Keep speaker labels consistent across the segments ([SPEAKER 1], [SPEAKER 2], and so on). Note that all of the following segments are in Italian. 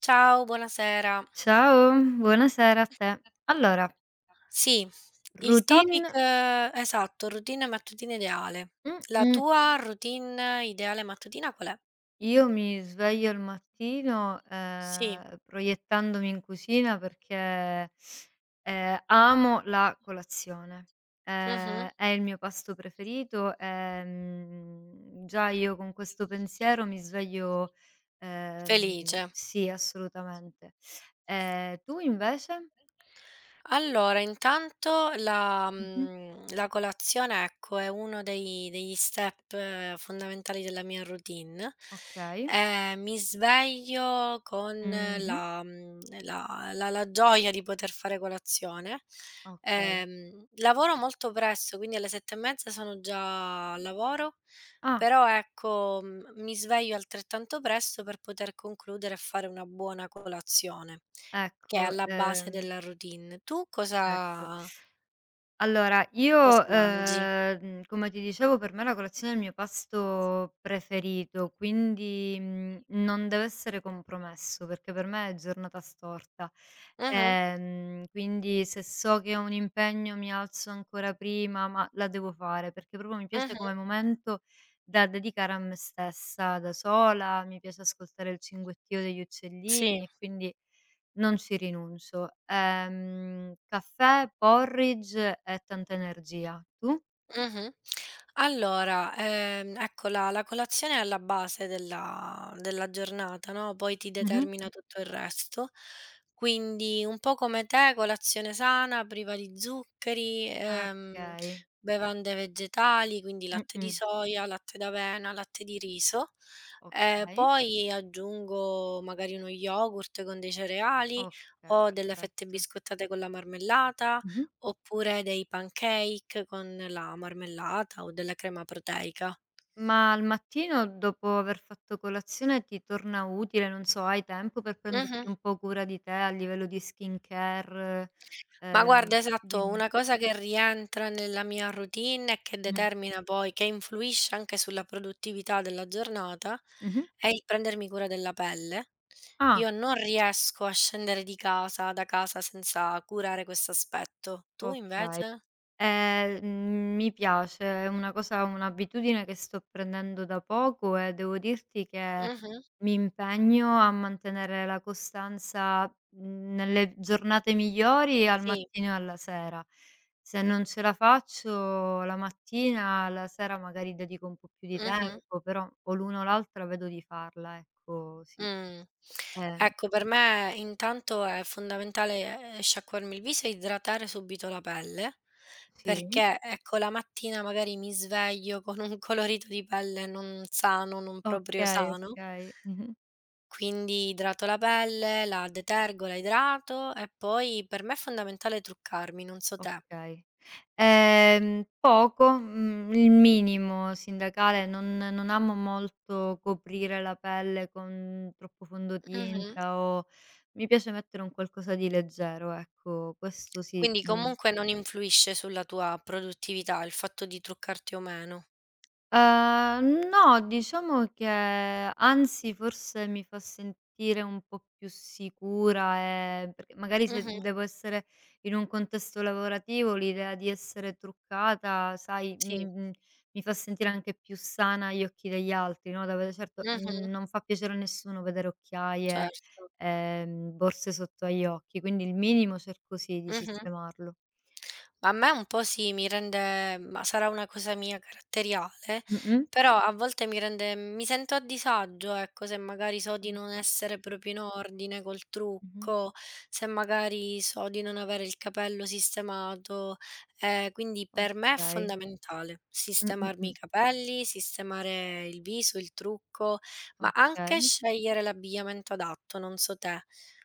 [SPEAKER 1] Ciao, buonasera.
[SPEAKER 2] Ciao, buonasera a te. Allora,
[SPEAKER 1] Sì, il
[SPEAKER 2] routine
[SPEAKER 1] topic esatto, routine mattutina ideale. La
[SPEAKER 2] mh-mh,
[SPEAKER 1] tua routine ideale mattutina qual è?
[SPEAKER 2] io mi sveglio al mattino,
[SPEAKER 1] Sì.
[SPEAKER 2] proiettandomi in cucina perché, amo la colazione.
[SPEAKER 1] Mh-mh.
[SPEAKER 2] È il mio pasto preferito, già io con questo pensiero mi sveglio
[SPEAKER 1] Felice.
[SPEAKER 2] sì, assolutamente. Tu invece?
[SPEAKER 1] Allora, intanto la
[SPEAKER 2] Mh-mh,
[SPEAKER 1] mhmm, la colazione, ecco, è uno dei degli step fondamentali della mia routine.
[SPEAKER 2] okay.
[SPEAKER 1] Mi sveglio con
[SPEAKER 2] Mh-mh,
[SPEAKER 1] la mhmm, la la la gioia di poter fare colazione.
[SPEAKER 2] okay.
[SPEAKER 1] Lavoro molto presto, quindi alle 7 e mezza sono già al lavoro,
[SPEAKER 2] Ah.
[SPEAKER 1] però ecco, mi sveglio altrettanto presto per poter concludere e fare una buona colazione. Che è
[SPEAKER 2] Ecco,
[SPEAKER 1] alla base della routine. Tu
[SPEAKER 2] ecco.
[SPEAKER 1] cosa
[SPEAKER 2] Allora
[SPEAKER 1] cosa
[SPEAKER 2] io,
[SPEAKER 1] mangi?
[SPEAKER 2] come ti dicevo per me la colazione è il mio pasto preferito, quindi, non deve essere compromesso, perché per me è giornata storta.
[SPEAKER 1] Mh-mh,
[SPEAKER 2] Quindi se so che ho un impegno mi alzo ancora prima, ma la devo fare, perché proprio mi piace
[SPEAKER 1] mh-mh,
[SPEAKER 2] come momento da dedicare a me stessa da sola, mi piace ascoltare il cinguettio degli
[SPEAKER 1] sì.
[SPEAKER 2] uccellini e quindi non ci rinuncio. Caffè, porridge e tanta energia. Tu?
[SPEAKER 1] Mh-mh. Allora, ecco la colazione è alla base della giornata, no, poi ti
[SPEAKER 2] Mh-mh.
[SPEAKER 1] determina tutto il resto. Quindi un po' come te, colazione sana, priva di zuccheri,
[SPEAKER 2] Ah, okay.
[SPEAKER 1] bevande vegetali, quindi latte di
[SPEAKER 2] Mh-mh.
[SPEAKER 1] soia, latte d'avena, latte di riso. Ehm,
[SPEAKER 2] Okay,
[SPEAKER 1] poi aggiungo magari uno yogurt con dei cereali
[SPEAKER 2] okay,
[SPEAKER 1] o delle fette
[SPEAKER 2] perfetto.
[SPEAKER 1] biscottate con la marmellata
[SPEAKER 2] Mh-mh.
[SPEAKER 1] oppure dei pancake con la marmellata o della crema proteica.
[SPEAKER 2] Ma al mattino dopo aver fatto colazione ti torna utile, non so, hai tempo per
[SPEAKER 1] Mh-mh.
[SPEAKER 2] prenderti un po' cura di te a livello di skincare?
[SPEAKER 1] Ma guarda, esatto,
[SPEAKER 2] Dimmi.
[SPEAKER 1] una cosa che rientra nella mia routine e che
[SPEAKER 2] Mh.
[SPEAKER 1] determina poi che influisce anche sulla produttività della giornata,
[SPEAKER 2] Mh-mh.
[SPEAKER 1] è il prendermi cura della pelle.
[SPEAKER 2] Ah,
[SPEAKER 1] Io non riesco a scendere di casa da casa senza curare questo aspetto. Tu
[SPEAKER 2] okay.
[SPEAKER 1] invece?
[SPEAKER 2] Mi piace, è una cosa un'abitudine che sto prendendo da poco e devo dirti che
[SPEAKER 1] Mh-mh.
[SPEAKER 2] mi impegno a mantenere la costanza, nelle giornate migliori al
[SPEAKER 1] Sì.
[SPEAKER 2] mattino e alla sera. Se non ce la faccio la mattina, la sera magari dedico un po' più di
[SPEAKER 1] Mh-mh.
[SPEAKER 2] tempo, però o l'una o l'altra vedo di farla, ecco, sì.
[SPEAKER 1] Mh.
[SPEAKER 2] Ehm
[SPEAKER 1] Ecco, per me intanto è fondamentale, sciacquarmi il viso e idratare subito la pelle,
[SPEAKER 2] sì,
[SPEAKER 1] perché ecco la mattina magari mi sveglio con un colorito di pelle non sano, non proprio
[SPEAKER 2] okay,
[SPEAKER 1] sano,
[SPEAKER 2] okay. Mh-mh.
[SPEAKER 1] quindi idrato la pelle, la detergo, la idrato e poi per me è fondamentale truccarmi, non so te.
[SPEAKER 2] Okay. Poco, il minimo sindacale, non amo molto coprire la pelle con troppo
[SPEAKER 1] Mh-mh.
[SPEAKER 2] fondotinta o mi piace mettere un qualcosa di leggero, ecco, questo sì,
[SPEAKER 1] Quindi comunque non influisce sulla tua produttività il fatto di truccarti o meno.
[SPEAKER 2] No, diciamo che anzi forse mi fa sentire un po' più sicura, perché magari se
[SPEAKER 1] Mh-mh.
[SPEAKER 2] devo essere in un contesto lavorativo l'idea di essere truccata, sai,
[SPEAKER 1] Sì.
[SPEAKER 2] mi fa sentire anche più sana agli occhi degli altri, no, da ve certo,
[SPEAKER 1] Mh-mh.
[SPEAKER 2] non fa piacere a nessuno vedere occhiaie,
[SPEAKER 1] Certo.
[SPEAKER 2] borse sotto agli occhi, quindi il minimo cerco sì di
[SPEAKER 1] Mh-mh.
[SPEAKER 2] sistemarlo.
[SPEAKER 1] A me un po' sì, mi rende ma sarà una cosa mia caratteriale,
[SPEAKER 2] Mh-mh.
[SPEAKER 1] però a volte mi sento a disagio, ecco, se magari so di non essere
[SPEAKER 2] Infatti.
[SPEAKER 1] proprio in ordine col
[SPEAKER 2] Mh-mh.
[SPEAKER 1] trucco, se magari so di non avere il capello sistemato, quindi
[SPEAKER 2] O
[SPEAKER 1] per me è
[SPEAKER 2] okay.
[SPEAKER 1] fondamentale
[SPEAKER 2] Mh, mh,
[SPEAKER 1] sistemarmi i
[SPEAKER 2] mh.
[SPEAKER 1] capelli, sistemare il viso, il trucco, ma anche
[SPEAKER 2] Okay,
[SPEAKER 1] scegliere l'abbigliamento adatto, non so te.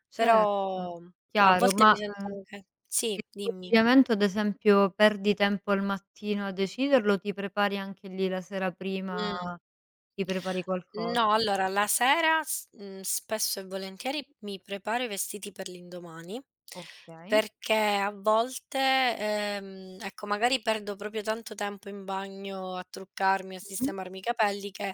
[SPEAKER 2] certo,
[SPEAKER 1] Però a
[SPEAKER 2] chiaro,
[SPEAKER 1] volte mi
[SPEAKER 2] ma,
[SPEAKER 1] sento anche sì,
[SPEAKER 2] il tuo
[SPEAKER 1] dimmi.
[SPEAKER 2] abbigliamento ad esempio perdi tempo al mattino a deciderlo, ti prepari anche lì la sera prima,
[SPEAKER 1] Mh.
[SPEAKER 2] ti prepari qualcosa?
[SPEAKER 1] No, allora la sera spesso e volentieri
[SPEAKER 2] Mh-mh.
[SPEAKER 1] mi preparo i vestiti per l'indomani,
[SPEAKER 2] Okay.
[SPEAKER 1] perché a volte, ecco magari perdo proprio tanto tempo in bagno a truccarmi, a
[SPEAKER 2] Mh-mh.
[SPEAKER 1] sistemarmi i capelli, che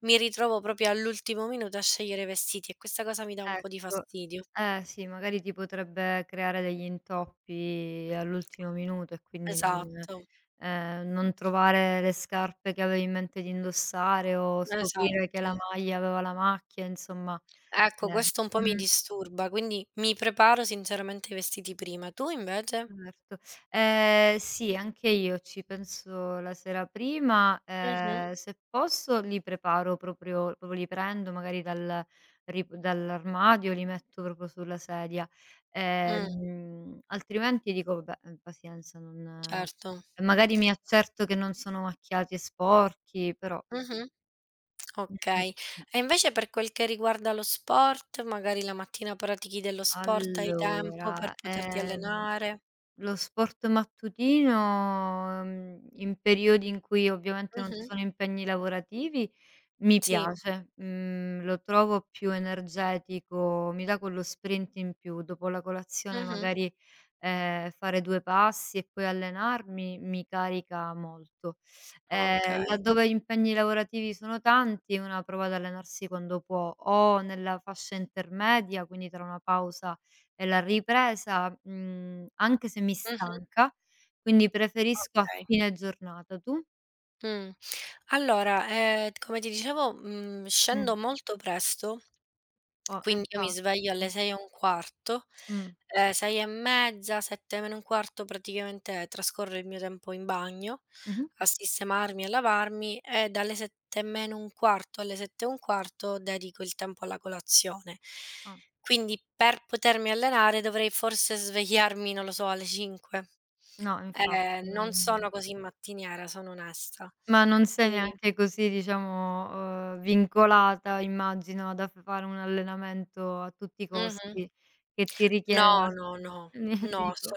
[SPEAKER 1] mi ritrovo proprio all'ultimo minuto a scegliere i vestiti e questa cosa mi dà un po' di
[SPEAKER 2] Ecco.
[SPEAKER 1] fastidio.
[SPEAKER 2] Eh sì, magari ti potrebbe creare degli intoppi all'ultimo minuto e quindi non
[SPEAKER 1] Esatto,
[SPEAKER 2] non trovare le scarpe che avevi in mente di indossare o scoprire che la
[SPEAKER 1] esatto.
[SPEAKER 2] maglia aveva la macchia, insomma,
[SPEAKER 1] Ecco,
[SPEAKER 2] eh.
[SPEAKER 1] questo un po' mi
[SPEAKER 2] Mh.
[SPEAKER 1] disturba, quindi mi preparo sinceramente i vestiti prima. Tu invece?
[SPEAKER 2] Certo. Sì, anche io ci penso la sera prima,
[SPEAKER 1] Mh-mh.
[SPEAKER 2] se posso li preparo proprio li prendo magari dal rip dall'armadio, li metto proprio sulla sedia,
[SPEAKER 1] Mh,
[SPEAKER 2] altrimenti dico: "Vabbè, pazienza, non"
[SPEAKER 1] certo.
[SPEAKER 2] magari mi accerto che non sono macchiati e sporchi, però sì.
[SPEAKER 1] Mh-mh.
[SPEAKER 2] Mh-mh,
[SPEAKER 1] Okay.
[SPEAKER 2] mh.
[SPEAKER 1] E invece per quel che riguarda lo sport, magari la mattina pratichi dello sport, hai tempo per
[SPEAKER 2] Allora,
[SPEAKER 1] poterti allenare?
[SPEAKER 2] Lo sport mattutino, in periodi in cui ovviamente non ci
[SPEAKER 1] Mh-mh.
[SPEAKER 2] sono impegni lavorativi, mi
[SPEAKER 1] Sì.
[SPEAKER 2] piace, lo trovo più energetico, mi dà quello sprint in più. Dopo la colazione
[SPEAKER 1] Mh-mh.
[SPEAKER 2] magari, fare 2 passi e poi allenarmi mi carica molto.
[SPEAKER 1] Okay.
[SPEAKER 2] Laddove gli impegni lavorativi sono tanti, una prova ad allenarsi quando può o nella fascia intermedia, quindi tra una pausa e la ripresa, anche se mi
[SPEAKER 1] Mh-mh.
[SPEAKER 2] stanca, quindi preferisco a
[SPEAKER 1] Okay.
[SPEAKER 2] fine giornata. Tu?
[SPEAKER 1] Mh. Allora, t come ti dicevo,
[SPEAKER 2] Mh.
[SPEAKER 1] scendo molto presto,
[SPEAKER 2] Oh, eh
[SPEAKER 1] quindi io mi
[SPEAKER 2] infatti.
[SPEAKER 1] sveglio
[SPEAKER 2] Sì.
[SPEAKER 1] alle 6 e un quarto,
[SPEAKER 2] Mh.
[SPEAKER 1] 6 e mezza, 7 meno un quarto praticamente trascorro il mio tempo in bagno
[SPEAKER 2] Mh-mh.
[SPEAKER 1] a sistemarmi, a lavarmi e dalle 7 meno un quarto alle 7 e un quarto dedico il tempo alla colazione.
[SPEAKER 2] Ah.
[SPEAKER 1] Quindi per potermi allenare dovrei forse svegliarmi, non lo so, alle 5.
[SPEAKER 2] No, infatti non
[SPEAKER 1] Non sono così mattiniera, sono onesta.
[SPEAKER 2] ma non sei
[SPEAKER 1] Quindi
[SPEAKER 2] neanche così, diciamo, vincolata immagino da f fare un allenamento a tutti i
[SPEAKER 1] mh-mh.
[SPEAKER 2] costi che ti richieda
[SPEAKER 1] No, no, no,
[SPEAKER 2] ne
[SPEAKER 1] no,
[SPEAKER 2] dico.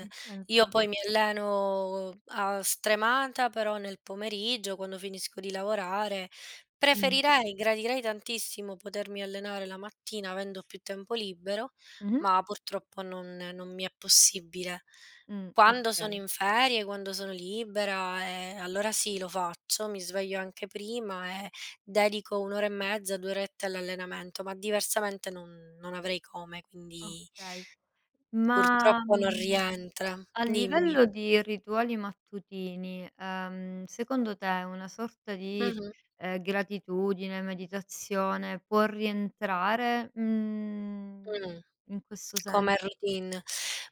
[SPEAKER 1] Io
[SPEAKER 2] Infa
[SPEAKER 1] poi mi alleno a stremata, però nel pomeriggio, quando finisco di lavorare,
[SPEAKER 2] mh.
[SPEAKER 1] preferirei, gradirei tantissimo potermi allenare la mattina avendo più tempo libero,
[SPEAKER 2] Mh-mh.
[SPEAKER 1] ma purtroppo non mi è possibile.
[SPEAKER 2] Mh,
[SPEAKER 1] Quando sono
[SPEAKER 2] okay,
[SPEAKER 1] in ferie, quando sono libera, allora sì, lo faccio, mi sveglio anche prima e dedico 1 ora e mezza, 2 orette all'allenamento, ma diversamente non avrei come, quindi
[SPEAKER 2] okay. Ma,
[SPEAKER 1] purtroppo non
[SPEAKER 2] mhmm
[SPEAKER 1] rientra.
[SPEAKER 2] A
[SPEAKER 1] Dimmi.
[SPEAKER 2] livello di rituali mattutini, secondo te una sorta di,
[SPEAKER 1] Mh-mh,
[SPEAKER 2] gratitudine, meditazione può rientrare,
[SPEAKER 1] mh.
[SPEAKER 2] in questo
[SPEAKER 1] Come
[SPEAKER 2] senso?
[SPEAKER 1] routine.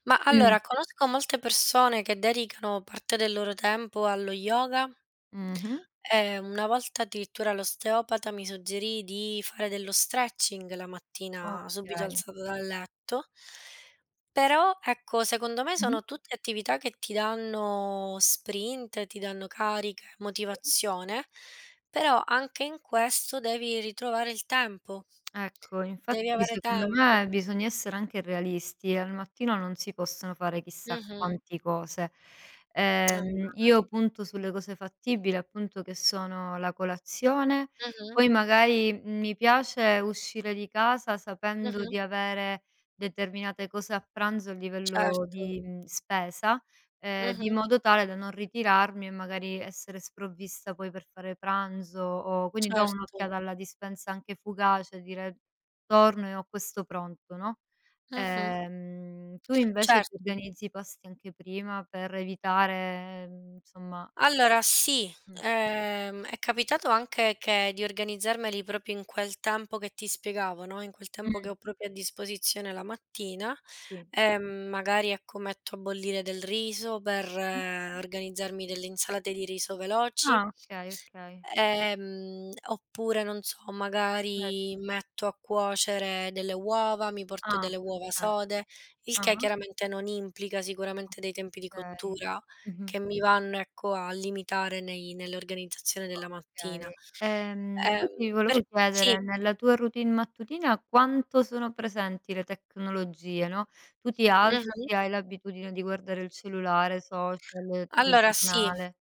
[SPEAKER 1] Ma
[SPEAKER 2] Mh.
[SPEAKER 1] allora conosco molte persone che dedicano parte del loro tempo allo yoga
[SPEAKER 2] Mh-mh.
[SPEAKER 1] e una volta addirittura l'osteopata mi suggerì di fare dello stretching la mattina subito
[SPEAKER 2] Okay.
[SPEAKER 1] alzata dal letto. Però ecco, secondo me
[SPEAKER 2] Mh-mh.
[SPEAKER 1] sono tutte attività che ti danno sprint, ti danno carica,
[SPEAKER 2] Sì.
[SPEAKER 1] motivazione, però anche in questo devi ritrovare il tempo.
[SPEAKER 2] Ecco,
[SPEAKER 1] Devi
[SPEAKER 2] infatti
[SPEAKER 1] avere
[SPEAKER 2] secondo
[SPEAKER 1] tempo.
[SPEAKER 2] me bisogna essere anche realisti, al mattino non si possono fare chissà
[SPEAKER 1] Mh-mh.
[SPEAKER 2] quanti cose.
[SPEAKER 1] È vero.
[SPEAKER 2] Io punto sulle cose fattibili, appunto che sono la colazione,
[SPEAKER 1] Mh-mh,
[SPEAKER 2] poi magari mi piace uscire di casa sapendo
[SPEAKER 1] mh-mh,
[SPEAKER 2] di avere determinate cose a pranzo a livello
[SPEAKER 1] certo,
[SPEAKER 2] di, spesa, di
[SPEAKER 1] mh-mh,
[SPEAKER 2] modo tale da non ritirarmi e magari essere sprovvista poi per fare pranzo o quindi do
[SPEAKER 1] certo,
[SPEAKER 2] un'occhiata alla dispensa anche fugace, dire: "Torno e ho questo pronto", no.
[SPEAKER 1] mh-mh,
[SPEAKER 2] Tu invece ti
[SPEAKER 1] certo.
[SPEAKER 2] organizzi i pasti anche prima per evitare, insomma
[SPEAKER 1] Allora sì,
[SPEAKER 2] mh,
[SPEAKER 1] è capitato anche che di organizzarmeli proprio in quel tempo che ti spiegavo, no, in quel tempo che
[SPEAKER 2] mh,
[SPEAKER 1] ho proprio a disposizione la mattina,
[SPEAKER 2] sì.
[SPEAKER 1] magari ecco metto a bollire del riso per
[SPEAKER 2] Mh.
[SPEAKER 1] organizzarmi delle insalate di riso veloci.
[SPEAKER 2] Ah, okay, okay.
[SPEAKER 1] Oppure non so,
[SPEAKER 2] Vedi.
[SPEAKER 1] magari metto a cuocere delle uova, mi porto
[SPEAKER 2] Ah,
[SPEAKER 1] delle uova
[SPEAKER 2] perfetto.
[SPEAKER 1] sode, il che
[SPEAKER 2] Ah-ah,
[SPEAKER 1] chiaramente non implica sicuramente dei tempi di
[SPEAKER 2] okay.
[SPEAKER 1] cottura
[SPEAKER 2] Mh-mh.
[SPEAKER 1] che mi vanno, ecco, a limitare nei nell'organizzazione della mattina.
[SPEAKER 2] Okay.
[SPEAKER 1] Ehm,
[SPEAKER 2] Poi ti
[SPEAKER 1] per
[SPEAKER 2] volevo
[SPEAKER 1] sì,
[SPEAKER 2] chiedere, nella tua routine mattutina quanto sono presenti le tecnologie, no, tu ti alzi,
[SPEAKER 1] mh-mh.
[SPEAKER 2] hai l'abitudine di guardare il cellulare, social, il
[SPEAKER 1] Allora sì.
[SPEAKER 2] telegiornale.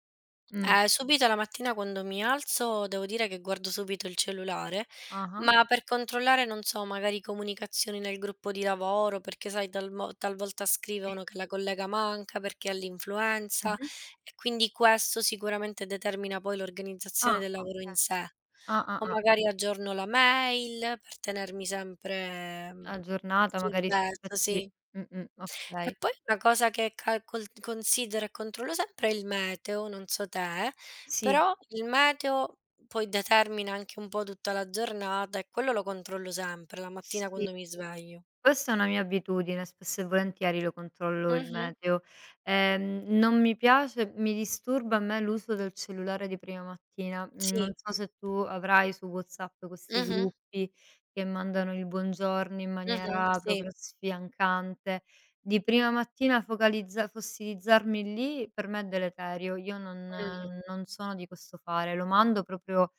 [SPEAKER 2] Mh.
[SPEAKER 1] Subito la mattina quando mi alzo devo dire che guardo subito il cellulare,
[SPEAKER 2] Ah-ah.
[SPEAKER 1] ma per controllare, non so, magari comunicazioni nel gruppo di lavoro, perché sai, talvolta
[SPEAKER 2] Sì.
[SPEAKER 1] scrivono che la collega manca perché ha l'influenza
[SPEAKER 2] Mh-mh.
[SPEAKER 1] e quindi questo sicuramente determina poi l'organizzazione
[SPEAKER 2] Ah,
[SPEAKER 1] del lavoro
[SPEAKER 2] okay.
[SPEAKER 1] in sé.
[SPEAKER 2] Ah, ah,
[SPEAKER 1] O
[SPEAKER 2] ah.
[SPEAKER 1] magari aggiorno la mail per tenermi sempre
[SPEAKER 2] A giornata
[SPEAKER 1] sul
[SPEAKER 2] magari si
[SPEAKER 1] pezzo,
[SPEAKER 2] aspetti
[SPEAKER 1] sì.
[SPEAKER 2] mh-mh,
[SPEAKER 1] E
[SPEAKER 2] okay.
[SPEAKER 1] poi una cosa che calcol considero e controllo sempre è il meteo, non so te,
[SPEAKER 2] Sì,
[SPEAKER 1] però il meteo poi determina anche un po' tutta la giornata e quello lo controllo sempre, la mattina
[SPEAKER 2] sì.
[SPEAKER 1] quando mi sveglio.
[SPEAKER 2] Questa è una mia abitudine, spesso e volentieri lo controllo il
[SPEAKER 1] Mh-mh.
[SPEAKER 2] meteo. Non mi piace mi disturba a me l'uso del cellulare di prima mattina. Mhmm, non
[SPEAKER 1] Sì.
[SPEAKER 2] so se tu avrai su WhatsApp questi
[SPEAKER 1] Mh-mh.
[SPEAKER 2] gruppi che mandano il buongiorno in
[SPEAKER 1] Mh-mh.
[SPEAKER 2] maniera
[SPEAKER 1] Sì.
[SPEAKER 2] proprio sfiancante. Di prima mattina focalizza fossilizzarmi lì per me è deleterio. Io non
[SPEAKER 1] Mh,
[SPEAKER 2] non sono di questo fare. Lo mando proprio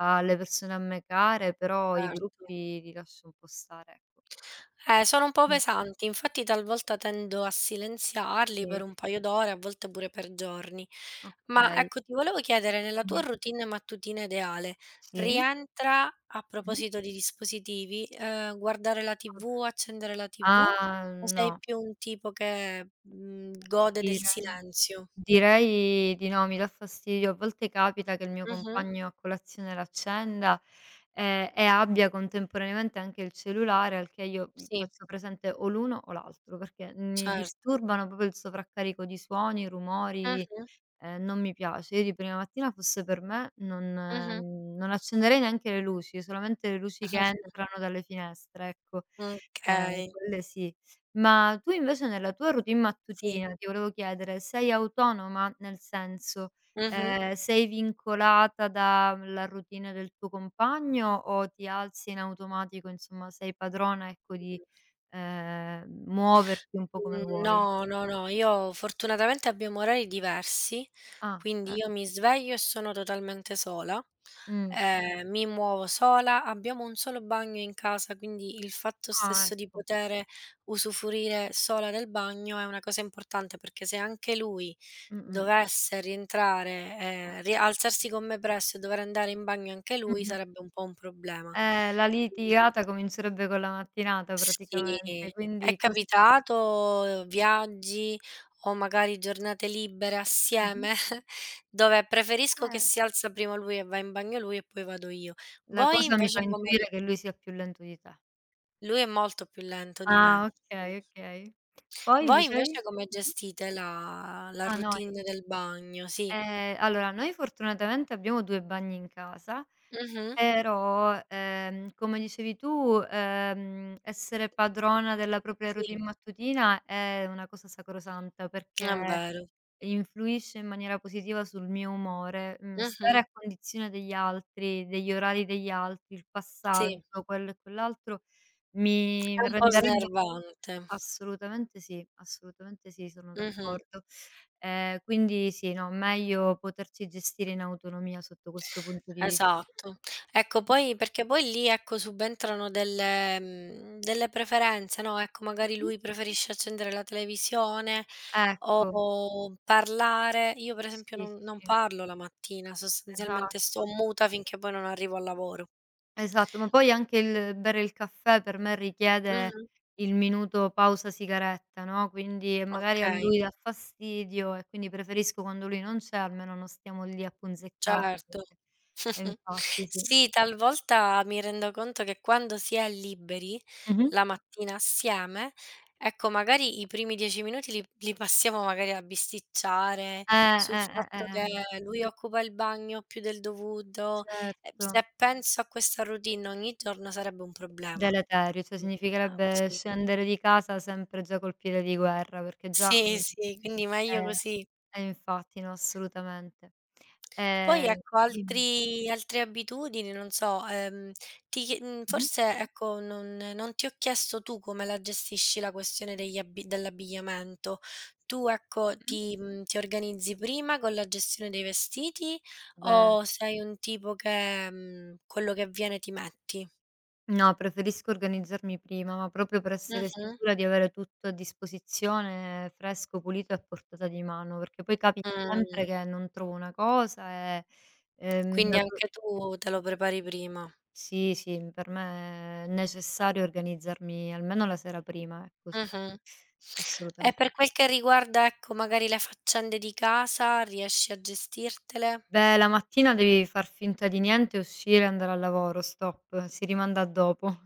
[SPEAKER 2] alle persone a me care, però i
[SPEAKER 1] certo.
[SPEAKER 2] gruppi li lascio un po' stare, ecco.
[SPEAKER 1] Sono un po'
[SPEAKER 2] Mh.
[SPEAKER 1] pesanti, infatti talvolta tendo a
[SPEAKER 2] Sì,
[SPEAKER 1] silenziarli per
[SPEAKER 2] sì,
[SPEAKER 1] un paio
[SPEAKER 2] sì.
[SPEAKER 1] d'ore, a volte pure per giorni. Ma
[SPEAKER 2] Okay,
[SPEAKER 1] ecco, ti volevo chiedere, nella tua
[SPEAKER 2] dimmi.
[SPEAKER 1] routine mattutina ideale,
[SPEAKER 2] Sì?
[SPEAKER 1] rientra, a
[SPEAKER 2] Mh-mh.
[SPEAKER 1] proposito di dispositivi, guardare la TV,
[SPEAKER 2] Cosa?
[SPEAKER 1] accendere la TV,
[SPEAKER 2] Ah,
[SPEAKER 1] o sei
[SPEAKER 2] no,
[SPEAKER 1] più un tipo che, gode del
[SPEAKER 2] direi
[SPEAKER 1] silenzio?
[SPEAKER 2] direi di no, mi dà fastidio. A volte capita che il mio
[SPEAKER 1] Mh-mh.
[SPEAKER 2] compagno a colazione l'accenda, e abbia contemporaneamente anche il cellulare, al che io gli
[SPEAKER 1] Sì,
[SPEAKER 2] faccio presente o l'uno o l'altro, perché mi
[SPEAKER 1] certo.
[SPEAKER 2] disturbano proprio il sovraccarico di suoni, rumori.
[SPEAKER 1] Mh-mh,
[SPEAKER 2] Non mi piace. Io di prima mattina fosse per me non
[SPEAKER 1] mh-mh.
[SPEAKER 2] non accenderei neanche le luci, solamente le luci che entrano dalle finestre, ecco.
[SPEAKER 1] Okay,
[SPEAKER 2] Quelle sì. Ma tu invece nella tua routine
[SPEAKER 1] sì.
[SPEAKER 2] mattutina, ti volevo chiedere, sei autonoma? Nel senso,
[SPEAKER 1] Mh-mh.
[SPEAKER 2] sei vincolata dalla routine del tuo compagno o ti alzi in automatico, insomma sei padrona, ecco, di, muoverti un po' come
[SPEAKER 1] Mhmm,
[SPEAKER 2] vuoi?
[SPEAKER 1] no, no, no, io fortunatamente abbiamo orari diversi,
[SPEAKER 2] Ah,
[SPEAKER 1] quindi
[SPEAKER 2] eh,
[SPEAKER 1] io mi sveglio e sono totalmente sola,
[SPEAKER 2] mh.
[SPEAKER 1] mi muovo sola, abbiamo un solo bagno in casa, quindi il fatto
[SPEAKER 2] Ah,
[SPEAKER 1] stesso di
[SPEAKER 2] ecco.
[SPEAKER 1] potere usufruire sola del bagno è una cosa importante, perché se anche lui
[SPEAKER 2] Mh-mh.
[SPEAKER 1] dovesse rientrare, ri alzarsi con me presto e dover andare in bagno anche lui,
[SPEAKER 2] Mh-mh.
[SPEAKER 1] sarebbe un po' un problema.
[SPEAKER 2] La
[SPEAKER 1] Quindi
[SPEAKER 2] litigata comincerebbe con la mattinata
[SPEAKER 1] sì,
[SPEAKER 2] praticamente,
[SPEAKER 1] è
[SPEAKER 2] quindi questi
[SPEAKER 1] capitato viaggi o magari giornate libere
[SPEAKER 2] mh-mh.
[SPEAKER 1] assieme dove preferisco che
[SPEAKER 2] Eh,
[SPEAKER 1] si alza prima lui e va in bagno lui e poi vado io.
[SPEAKER 2] la
[SPEAKER 1] Voi
[SPEAKER 2] cosa mi
[SPEAKER 1] invece
[SPEAKER 2] fa
[SPEAKER 1] come
[SPEAKER 2] intuire
[SPEAKER 1] vi.
[SPEAKER 2] che lui sia più lento di te.
[SPEAKER 1] Lui è molto più lento di
[SPEAKER 2] Ah,
[SPEAKER 1] me. Sì.
[SPEAKER 2] okay, okay. Poi
[SPEAKER 1] Voi
[SPEAKER 2] dicevi?
[SPEAKER 1] invece come
[SPEAKER 2] Mh-mh.
[SPEAKER 1] gestite la
[SPEAKER 2] Ah, noi.
[SPEAKER 1] routine del bagno? Sì.
[SPEAKER 2] Allora noi fortunatamente abbiamo 2 bagni in casa.
[SPEAKER 1] Mh-mh.
[SPEAKER 2] Però, come dicevi tu, essere padrona della propria
[SPEAKER 1] Sì,
[SPEAKER 2] routine mattutina è una cosa sacrosanta
[SPEAKER 1] è
[SPEAKER 2] perché
[SPEAKER 1] vero.
[SPEAKER 2] influisce in maniera positiva sul mio umore. Mhmm, stare
[SPEAKER 1] Mh-mh.
[SPEAKER 2] a condizione degli altri, degli orari degli altri, il
[SPEAKER 1] Sì,
[SPEAKER 2] passaggio, quello e quell'altro,
[SPEAKER 1] è
[SPEAKER 2] mi
[SPEAKER 1] un po'
[SPEAKER 2] renderebbe
[SPEAKER 1] snervante.
[SPEAKER 2] assolutamente sì, sono
[SPEAKER 1] Mh-mh.
[SPEAKER 2] d'accordo. Quindi sì, no, meglio poterci gestire in autonomia sotto questo punto di vis
[SPEAKER 1] Esatto. Ecco poi perché poi lì, ecco, subentrano delle preferenze, no, ecco, magari
[SPEAKER 2] Mh-mh.
[SPEAKER 1] lui preferisce accendere la televisione o
[SPEAKER 2] Ecco.
[SPEAKER 1] parlare. Io per
[SPEAKER 2] Sì,
[SPEAKER 1] esempio non
[SPEAKER 2] sì,
[SPEAKER 1] non
[SPEAKER 2] sì,
[SPEAKER 1] parlo la mattina, sostanzialmente
[SPEAKER 2] esatto,
[SPEAKER 1] sto muta finché poi non arrivo al lavoro.
[SPEAKER 2] esatto. Ma poi anche il bere il caffè per me richiede
[SPEAKER 1] Mh-mh,
[SPEAKER 2] il minuto pausa sigaretta, no, quindi e magari a
[SPEAKER 1] okay.
[SPEAKER 2] lui dà fastidio e quindi preferisco quando lui non c'è, almeno non stiamo lì a punzecchiarci.
[SPEAKER 1] Certo.
[SPEAKER 2] E infatti sì.
[SPEAKER 1] Sì, talvolta mi rendo conto che quando si è liberi
[SPEAKER 2] Mh-mh.
[SPEAKER 1] la mattina assieme, ecco, magari i primi 10 minuti li passiamo magari a bisticciare
[SPEAKER 2] Eh,
[SPEAKER 1] sul
[SPEAKER 2] eh, eh,
[SPEAKER 1] fatto
[SPEAKER 2] eh,
[SPEAKER 1] che lui occupa il bagno più del dovuto. Ehm,
[SPEAKER 2] certo.
[SPEAKER 1] se penso a questa routine ogni giorno sarebbe un problema.
[SPEAKER 2] Deleterio, cioè
[SPEAKER 1] Mh. Ah,
[SPEAKER 2] significherebbe
[SPEAKER 1] sì.
[SPEAKER 2] scendere di casa sempre già col piede di guerra, perché già
[SPEAKER 1] Sì,
[SPEAKER 2] mhmm,
[SPEAKER 1] sì, quindi meglio così.
[SPEAKER 2] eh, eh infatti, no, assolutamente.
[SPEAKER 1] Poi
[SPEAKER 2] Ehm
[SPEAKER 1] ecco
[SPEAKER 2] dimmi.
[SPEAKER 1] altri altre abitudini, non so,
[SPEAKER 2] Mh-mh.
[SPEAKER 1] forse ecco non ti ho chiesto tu come la gestisci la questione degli abbi dell'abbigliamento. Tu ecco
[SPEAKER 2] Mh-mh.
[SPEAKER 1] ti organizzi prima con la gestione dei vestiti
[SPEAKER 2] Beh,
[SPEAKER 1] o sei un tipo che, quello che viene ti metti?
[SPEAKER 2] no, preferisco organizzarmi prima, ma proprio per essere
[SPEAKER 1] Mh-mh.
[SPEAKER 2] sicura di avere tutto a disposizione, fresco, pulito e a portata di mano, perché poi capita
[SPEAKER 1] Mh.
[SPEAKER 2] sempre che non trovo una cosa e,
[SPEAKER 1] Quindi
[SPEAKER 2] la co
[SPEAKER 1] anche tu te lo prepari prima.
[SPEAKER 2] sì, sì, per me è necessario organizzarmi almeno la sera prima, ecco sì,
[SPEAKER 1] Mh-mh. E
[SPEAKER 2] assolutamente.
[SPEAKER 1] per quel che riguarda, ecco, magari le faccende di casa, riesci a gestirtele?
[SPEAKER 2] Beh, la mattina devi far finta di niente, uscire, andare al lavoro, stop, si rimanda a dopo.